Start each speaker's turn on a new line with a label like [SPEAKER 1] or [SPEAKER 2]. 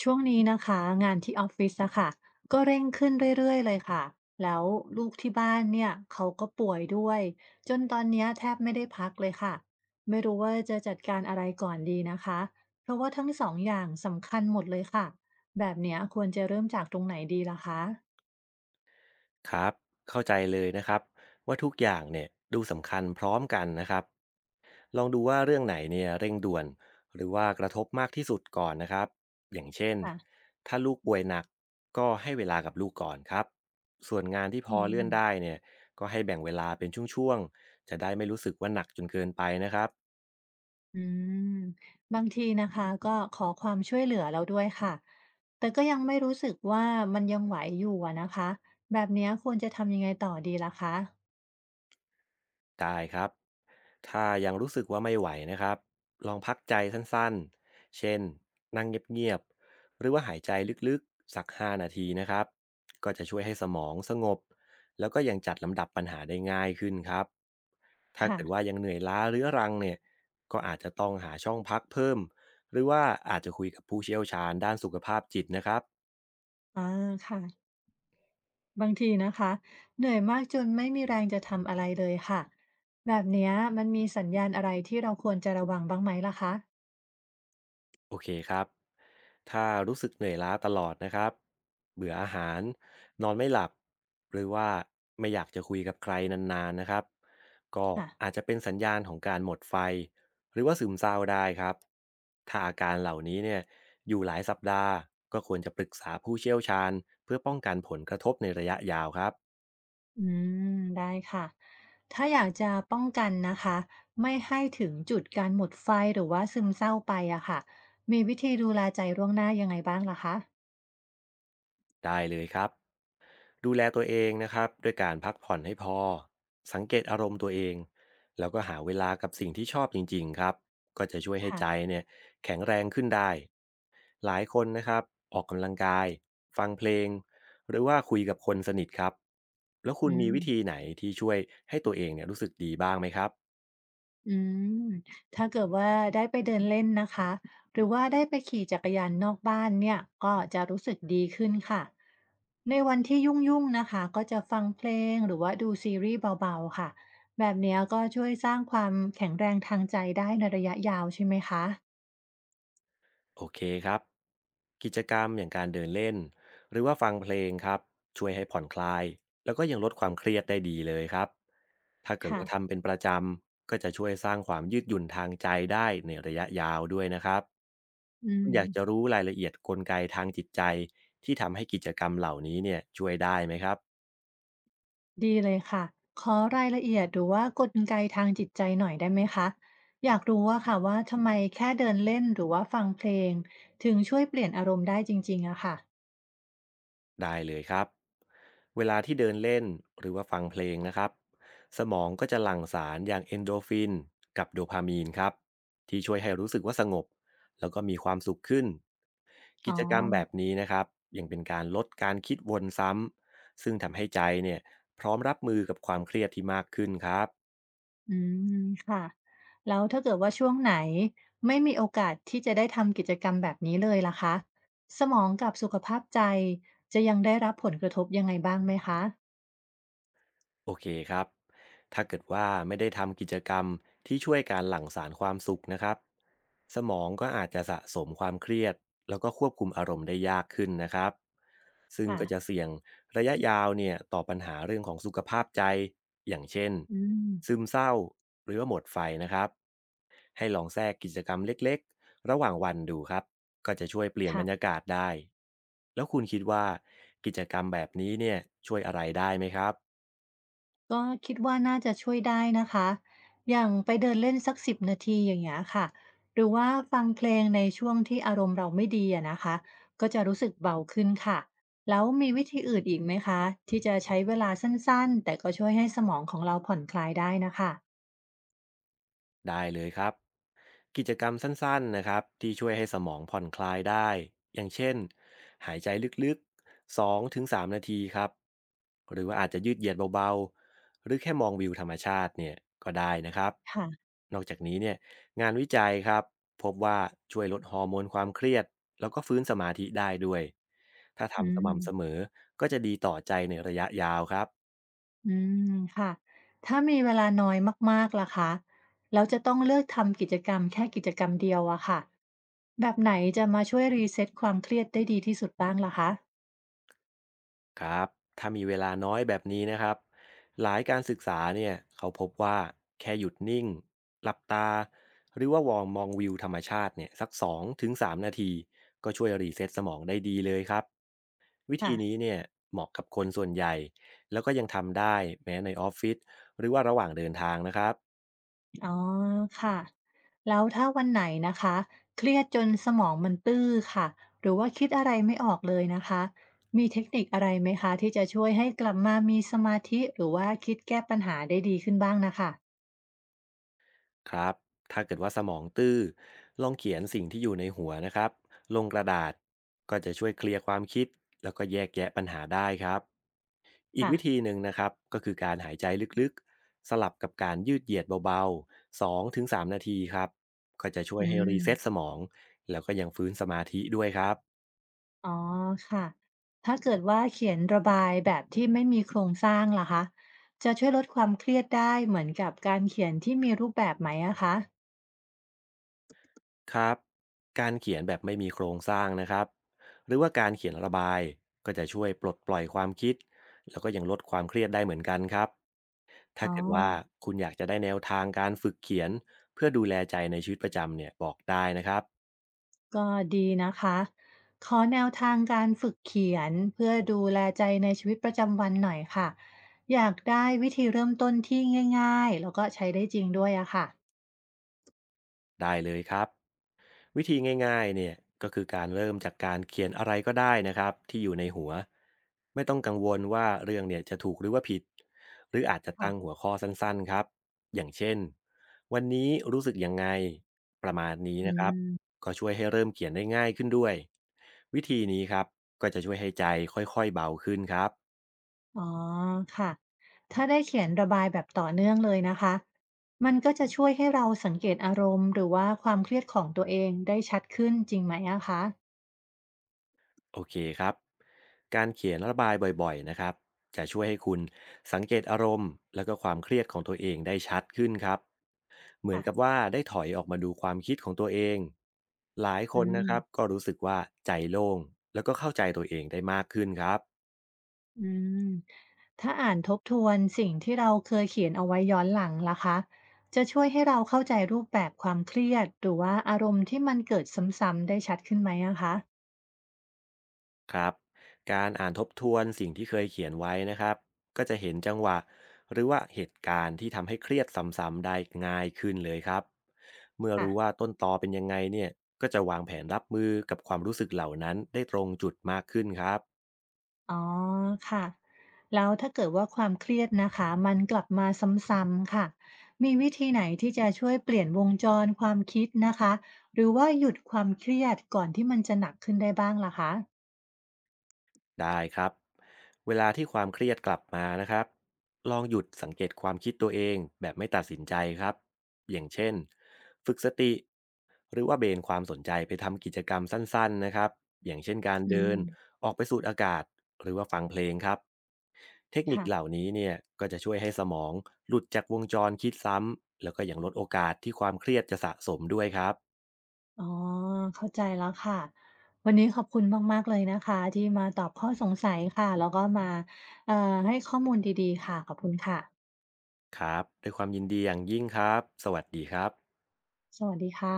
[SPEAKER 1] ช่วงนี้นะคะงานที่ออฟฟิศอะค่ะก็เร่งขึ้นเรื่อยๆเลยค่ะแล้วลูกที่บ้านเนี่ยเขาก็ป่วยด้วยจนตอนเนี้ยแทบไม่ได้พักเลยค่ะไม่รู้ว่าจะจัดการอะไรก่อนดีนะคะเพราะว่าทั้งสองอย่างสำคัญหมดเลยค่ะแบบเนี้ยควรจะเริ่มจากตรงไหนดีล่ะคะ
[SPEAKER 2] ครับ เข้าใจเลยนะครับว่าทุกอย่างเนี่ยดูสำคัญพร้อมกันนะครับลองดูว่าเรื่องไหนเนี่ยเร่งด่วนหรือว่ากระทบมากที่สุดก่อนนะครับอย่างเช่น
[SPEAKER 1] ค่ะ
[SPEAKER 2] ถ้าลูกป่วยหนักก็ให้เวลากับลูกก่อนครับส่วนงานที่พ
[SPEAKER 1] อื
[SPEAKER 2] อเลื่อ
[SPEAKER 1] ม
[SPEAKER 2] นได้เนี่ยก็ให้แบ่งเวลาเป็นช่วงๆจะได้ไม่รู้สึกว่าหนักจนเกินไปนะครับ
[SPEAKER 1] อืมบางทีนะคะก็ขอความช่วยเหลือเราด้วยค่ะแต่ก็ยังไม่รู้สึกว่ามันยังไหวอยู่อะนะคะแบบเนี้ยควรจะทำยังไงต่อดีล่ะคะ
[SPEAKER 2] ได้ครับถ้ายังรู้สึกว่าไม่ไหวนะครับลองพักใจสั้นๆ เช่นนั่งเงียบๆ หรือว่าหายใจลึกๆ สัก5นาทีนะครับก็จะช่วยให้สมองสงบแล้วก็ยังจัดลำดับปัญหาได้ง่ายขึ้นครับถ้า
[SPEAKER 1] ค่ะ
[SPEAKER 2] เกิดว่ายังเหนื่อยล้าเรื้อรังเนี่ยก็อาจจะต้องหาช่องพักเพิ่ม หรือว่าอาจจะคุยกับผู้เชี่ยวชาญด้านสุขภาพจิตนะครับ
[SPEAKER 1] อาค่ะบางทีนะคะ เหนื่อยมากจนไม่มีแรงจะทำอะไรเลยค่ะ แบบเนี้ยมันมีสัญญาณอะไรที่เราควรจะระวังบ้างไหมล่ะคะ
[SPEAKER 2] โอเคครับถ้ารู้สึกเหนื่อยล้าตลอดนะครับเบื่ออาหารนอนไม่หลับหรือว่าไม่อยากจะคุยกับใครนานๆนะครับก็
[SPEAKER 1] ค่ะ
[SPEAKER 2] อาจจะเป็นสัญญาณของการหมดไฟหรือว่าซึมเศร้าได้ครับถ้าอาการเหล่านี้เนี่ยอยู่หลายสัปดาห์ก็ควรจะปรึกษาผู้เชี่ยวชาญเพื่อป้องกันผลกระทบในระยะยาวครับ
[SPEAKER 1] อืม ได้ค่ะ ถ้าอยากจะป้องกันนะคะ ไม่ให้ถึงจุดการหมดไฟหรือว่าซึมเศร้าไปอะค่ะ มีวิธีดูแลใจล่วงหน้ายังไงบ้างล่ะคะ
[SPEAKER 2] ได้เลยครับ ดูแลตัวเองนะครับด้วยการพักผ่อนให้พอสังเกตอารมณ์ตัวเองแล้วก็หาเวลากับสิ่งที่ชอบจริงๆครับก็จะช่วยให้
[SPEAKER 1] ค่ะ
[SPEAKER 2] ใจเนี่ยแข็งแรงขึ้นได้หลายคนนะครับออกกำลังกายฟังเพลงหรือว่าคุยกับคนสนิทครับแล้วคุณ
[SPEAKER 1] อื
[SPEAKER 2] มี
[SPEAKER 1] ม
[SPEAKER 2] วิธีไหนที่ช่วยให้ตัวเองเนี่ยรู้สึกดีบ้างไหมครับ
[SPEAKER 1] อืม ถ้าเกิดว่าได้ไปเดินเล่นนะคะ หรือว่าได้ไปขี่จักรยานนอกบ้านเนี่ยก็จะรู้สึกดีขึ้นค่ะ ในวันที่ยุ่งๆนะคะก็จะฟังเพลงหรือว่าดูซีรีส์เบาๆค่ะ แบบเนี้ยก็ช่วยสร้างความแข็งแรงทางใจได้ในระยะยาวใช่ไหมคะ
[SPEAKER 2] โอเคครับกิจกรรมอย่างการเดินเล่นหรือว่าฟังเพลงครับช่วยให้ผ่อนคลายแล้วก็ยังลดความเครียดได้ดีเลยครับ ถ้าเกิด
[SPEAKER 1] ค่ะ
[SPEAKER 2] ว่าทำเป็นประจำก็จะช่วยสร้างความยืดหยุ่นทางใจได้ในระยะยาวด้วยนะครับ
[SPEAKER 1] อื
[SPEAKER 2] คุณอ
[SPEAKER 1] ม
[SPEAKER 2] ยากจะรู้รายละเอียดกลไกทางจิตใจที่ทำให้กิจกรรมเหล่านี้เนี่ยช่วยได้ไหมครับ
[SPEAKER 1] ดีเลยค่ะขอรายละเอียดหรือว่ากลไกทางจิตใจหน่อยได้ไหมคะอยากรู้ว่าค่ะว่าทำไมแค่เดินเล่นหรือว่าฟังเพลงถึงช่วยเปลี่ยนอารมณ์ได้จริงๆอะค่ะ
[SPEAKER 2] ได้เลยครับเวลาที่เดินเล่นหรือว่าฟังเพลงนะครับสมองก็จะหลั่งสารอย่างเอนโดรฟินกับโดพามีนครับที่ช่วยให้รู้สึกว่าสงบแล้วก็มีความสุขขึ้นกิ
[SPEAKER 1] อ๋อ
[SPEAKER 2] จกรรมแบบนี้นะครับยังเป็นการลดการคิดวนซ้ำซึ่งทำให้ใจเนี่ยพร้อมรับมือกับความเครียดที่มากขึ้นครับ
[SPEAKER 1] อืมค่ะแล้วถ้าเกิดว่าช่วงไหนไม่มีโอกาสที่จะได้ทำกิจกรรมแบบนี้เลยล่ะคะสมองกับสุขภาพใจจะยังได้รับผลกระทบยังไงบ้างไหมคะ
[SPEAKER 2] โอเคครับ ถ้าเกิดว่าไม่ได้ทำกิจกรรมที่ช่วยการหลั่งสารความสุขนะครับ สมองก็อาจจะสะสมความเครียดแล้วก็ควบคุมอารมณ์ได้ยากขึ้นนะครับ ซึ่ง
[SPEAKER 1] ค่ะ
[SPEAKER 2] ก็จะเสี่ยงระยะยาวเนี่ยต่อปัญหาเรื่องของสุขภาพใจอย่างเช่น
[SPEAKER 1] อืม
[SPEAKER 2] ซึมเศร้าหรือว่าหมดไฟนะครับ ให้ลองแทรกกิจกรรมเล็กๆระหว่างวันดูครับ ก็จะช่วยเปลี่ยนบรรยา
[SPEAKER 1] ค่ะ
[SPEAKER 2] กาศได้แล้วคุณคิดว่ากิจกรรมแบบนี้เนี่ยช่วยอะไรได้ไหมครับ
[SPEAKER 1] ก็คิดว่าน่าจะช่วยได้นะคะ อย่างไปเดินเล่นสัก10นาทีอย่างเงี้ยค่ะหรือว่าฟังเพลงในช่วงที่อารมณ์เราไม่ดีอะนะคะ ก็จะรู้สึกเบาขึ้นค่ะ แล้วมีวิธีอื่นอีกไหมคะที่จะใช้เวลาสั้นๆแต่ก็ช่วยให้สมองของเราผ่อนคลายได้นะคะ
[SPEAKER 2] ได้เลยครับกิจกรรมสั้นๆนะครับที่ช่วยให้สมองผ่อนคลายได้อย่างเช่นหายใจลึกๆ2ถึง3นาทีครับหรือว่าอาจจะยืดเหยียดเบาๆหรือแค่มองวิวธรรมชาติเนี่ยก็ได้นะครับ
[SPEAKER 1] ค่ะ
[SPEAKER 2] นอกจากนี้เนี่ยงานวิจัยครับพบว่าช่วยลดฮอร์โมนความเครียดแล้วก็ฟื้นสมาธิได้ด้วยถ้า
[SPEAKER 1] อื
[SPEAKER 2] ทำส
[SPEAKER 1] ม
[SPEAKER 2] ม่ำเสมอก็จะดีต่อใจในระยะยาวครับ
[SPEAKER 1] อืมค่ะถ้ามีเวลาน้อยมากๆล่ะคะเราจะต้องเลือกทำกิจกรรมแค่กิจกรรมเดียวอะค่ะแบบไหนจะมาช่วยรีเซ็ตความเครียดได้ดีที่สุดบ้างล่ะคะ
[SPEAKER 2] ครับถ้ามีเวลาน้อยแบบนี้นะครับหลายการศึกษาเนี่ยเขาพบว่าแค่หยุดนิ่งหลับตาหรือว่าวองมองวิวธรรมชาติเนี่ยสัก2-3ถึงสามนาทีก็ช่วยรีเซ็ตสมองได้ดีเลยครับวิธี
[SPEAKER 1] ค่ะ
[SPEAKER 2] นี้เนี่ยเหมาะกับคนส่วนใหญ่แล้วก็ยังทำได้แม้ในออฟฟิศหรือว่าระหว่างเดินทางนะครับ
[SPEAKER 1] อ๋อค่ะแล้วถ้าวันไหนนะคะเครียดจนสมองมันตื้อค่ะหรือว่าคิดอะไรไม่ออกเลยนะคะมีเทคนิคอะไรไหมคะที่จะช่วยให้กลับมามีสมาธิหรือว่าคิดแก้ปัญหาได้ดีขึ้นบ้างนะคะ
[SPEAKER 2] ครับถ้าเกิดว่าสมองตื้อลองเขียนสิ่งที่อยู่ในหัวนะครับลงกระดาษ ก็จะช่วยเคลียร์ความคิด แล้วก็แยกแยะปัญหาได้ครับอีก
[SPEAKER 1] ค่ะ
[SPEAKER 2] วิธีหนึ่งนะครับก็คือการหายใจลึกๆ สลับกับการยืดเหยียดเบาๆ2-3นาทีครับก็จะช่วย
[SPEAKER 1] อื
[SPEAKER 2] ให้
[SPEAKER 1] ม
[SPEAKER 2] รีเซ็ตสมอง แล้วก็ยังฟื้นสมาธิด้วยครับ
[SPEAKER 1] อ๋อค่ะถ้าเกิดว่าเขียนระบายแบบที่ไม่มีโครงสร้างล่ะคะจะช่วยลดความเครียดได้เหมือนกับการเขียนที่มีรูปแบบไหมอะคะ
[SPEAKER 2] ครับการเขียนแบบไม่มีโครงสร้างนะครับหรือว่าการเขียนระบาย ก็จะช่วยปลดปล่อยความคิดแล้วก็ยังลดความเครียดได้เหมือนกันครับ ถ้า
[SPEAKER 1] อ๋อ
[SPEAKER 2] เกิดว่าคุณอยากจะได้แนวทางการฝึกเขียนเพื่อดูแลใจในชีวิตประจำเนี่ยบอกได้นะครับ
[SPEAKER 1] ก็ดีนะคะขอแนวทางการฝึกเขียนเพื่อดูแลใจในชีวิตประจำวันหน่อยค่ะ อยากได้วิธีเริ่มต้นที่ง่ายๆแล้วก็ใช้ได้จริงด้วยอะค่ะ
[SPEAKER 2] ได้เลยครับวิธีง่ายๆเนี่ยก็คือการเริ่มจากการเขียนอะไรก็ได้นะครับที่อยู่ในหัวไม่ต้องกังวลว่าเรื่องเนี่ยจะถูกหรือว่าผิดหรืออาจจะตั้ง
[SPEAKER 1] ค่ะ
[SPEAKER 2] หัวข้อสั้นๆครับอย่างเช่นวันนี้รู้สึกยังไงประมาณนี้
[SPEAKER 1] อื
[SPEAKER 2] นะครับ
[SPEAKER 1] ม
[SPEAKER 2] ก็ช่วยให้เริ่มเขียนได้ง่ายขึ้นด้วยวิธีนี้ครับก็จะช่วยให้ใจค่อยๆเบาขึ้นครับ
[SPEAKER 1] อ๋อค่ะถ้าได้เขียนระบายแบบต่อเนื่องเลยนะคะ มันก็จะช่วยให้เราสังเกตอารมณ์หรือว่าความเครียดของตัวเองได้ชัดขึ้นจริงไหมอะคะ
[SPEAKER 2] โอเคครับ การเขียนระบายบ่อยๆนะครับจะช่วยให้คุณสังเกตอารมณ์และก็ความเครียดของตัวเองได้ชัดขึ้นครับเหมือนกับ
[SPEAKER 1] ค่ะ
[SPEAKER 2] ว่าได้ถอยออกมาดูความคิดของตัวเอง หลายค
[SPEAKER 1] อื
[SPEAKER 2] นนะ
[SPEAKER 1] ม
[SPEAKER 2] ครับก็รู้สึกว่าใจโล่งแล้วก็เข้าใจตัวเองได้มากขึ้นครับ
[SPEAKER 1] อืมถ้าอ่านทบทวนสิ่งที่เราเคยเขียนเอาไว้ย้อนหลังล่ะคะจะช่วยให้เราเข้าใจรูปแบบความเครียดหรือว่าอารมณ์ที่มันเกิดซ้ำๆได้ชัดขึ้นไหมอะคะ
[SPEAKER 2] ครับการอ่านทบทวนสิ่งที่เคยเขียนไว้นะครับก็จะเห็นจังหวะหรือว่าเหตุการณ์ที่ทำให้เครียดซ้ำๆได้ง่ายขึ้นเลยครับเมื่อ
[SPEAKER 1] ค่ะ
[SPEAKER 2] รู้ว่าต้นตอเป็นยังไงเนี่ยก็จะวางแผนรับมือกับความรู้สึกเหล่านั้นได้ตรงจุดมากขึ้นครับ
[SPEAKER 1] อ๋อค่ะแล้วถ้าเกิดว่าความเครียดนะคะมันกลับมาซ้ำๆค่ะมีวิธีไหนที่จะช่วยเปลี่ยนวงจรความคิดนะคะหรือว่าหยุดความเครียดก่อนที่มันจะหนักขึ้นได้บ้างล่ะคะ
[SPEAKER 2] ได้ครับเวลาที่ความเครียดกลับมานะครับลองหยุดสังเกตความคิดตัวเองแบบไม่ตัดสินใจครับอย่างเช่นฝึกสติหรือว่าเบนความสนใจไปทำกิจกรรมสั้นๆนะครับอย่างเช่นการ
[SPEAKER 1] อื
[SPEAKER 2] เดิน
[SPEAKER 1] ม
[SPEAKER 2] ออกไปสูดอากาศหรือว่าฟังเพลงครับเทคนิค
[SPEAKER 1] ค่ะ
[SPEAKER 2] เหล่านี้เนี่ยก็จะช่วยให้สมองหลุดจากวงจรคิดซ้ำแล้วก็ยังลดโอกาสที่ความเครียดจะสะสมด้วยครับ
[SPEAKER 1] อ๋อ เข้าใจแล้วค่ะ วันนี้ขอบคุณมากๆเลยนะคะที่มาตอบข้อสงสัยค่ะ แล้วก็มาเอ่อให้ข้อมูลดีๆค่ะ ขอบคุณค่ะ
[SPEAKER 2] ครับด้วยความยินดีอย่างยิ่งครับสวัสดีครับ
[SPEAKER 1] สวัสดีค่ะ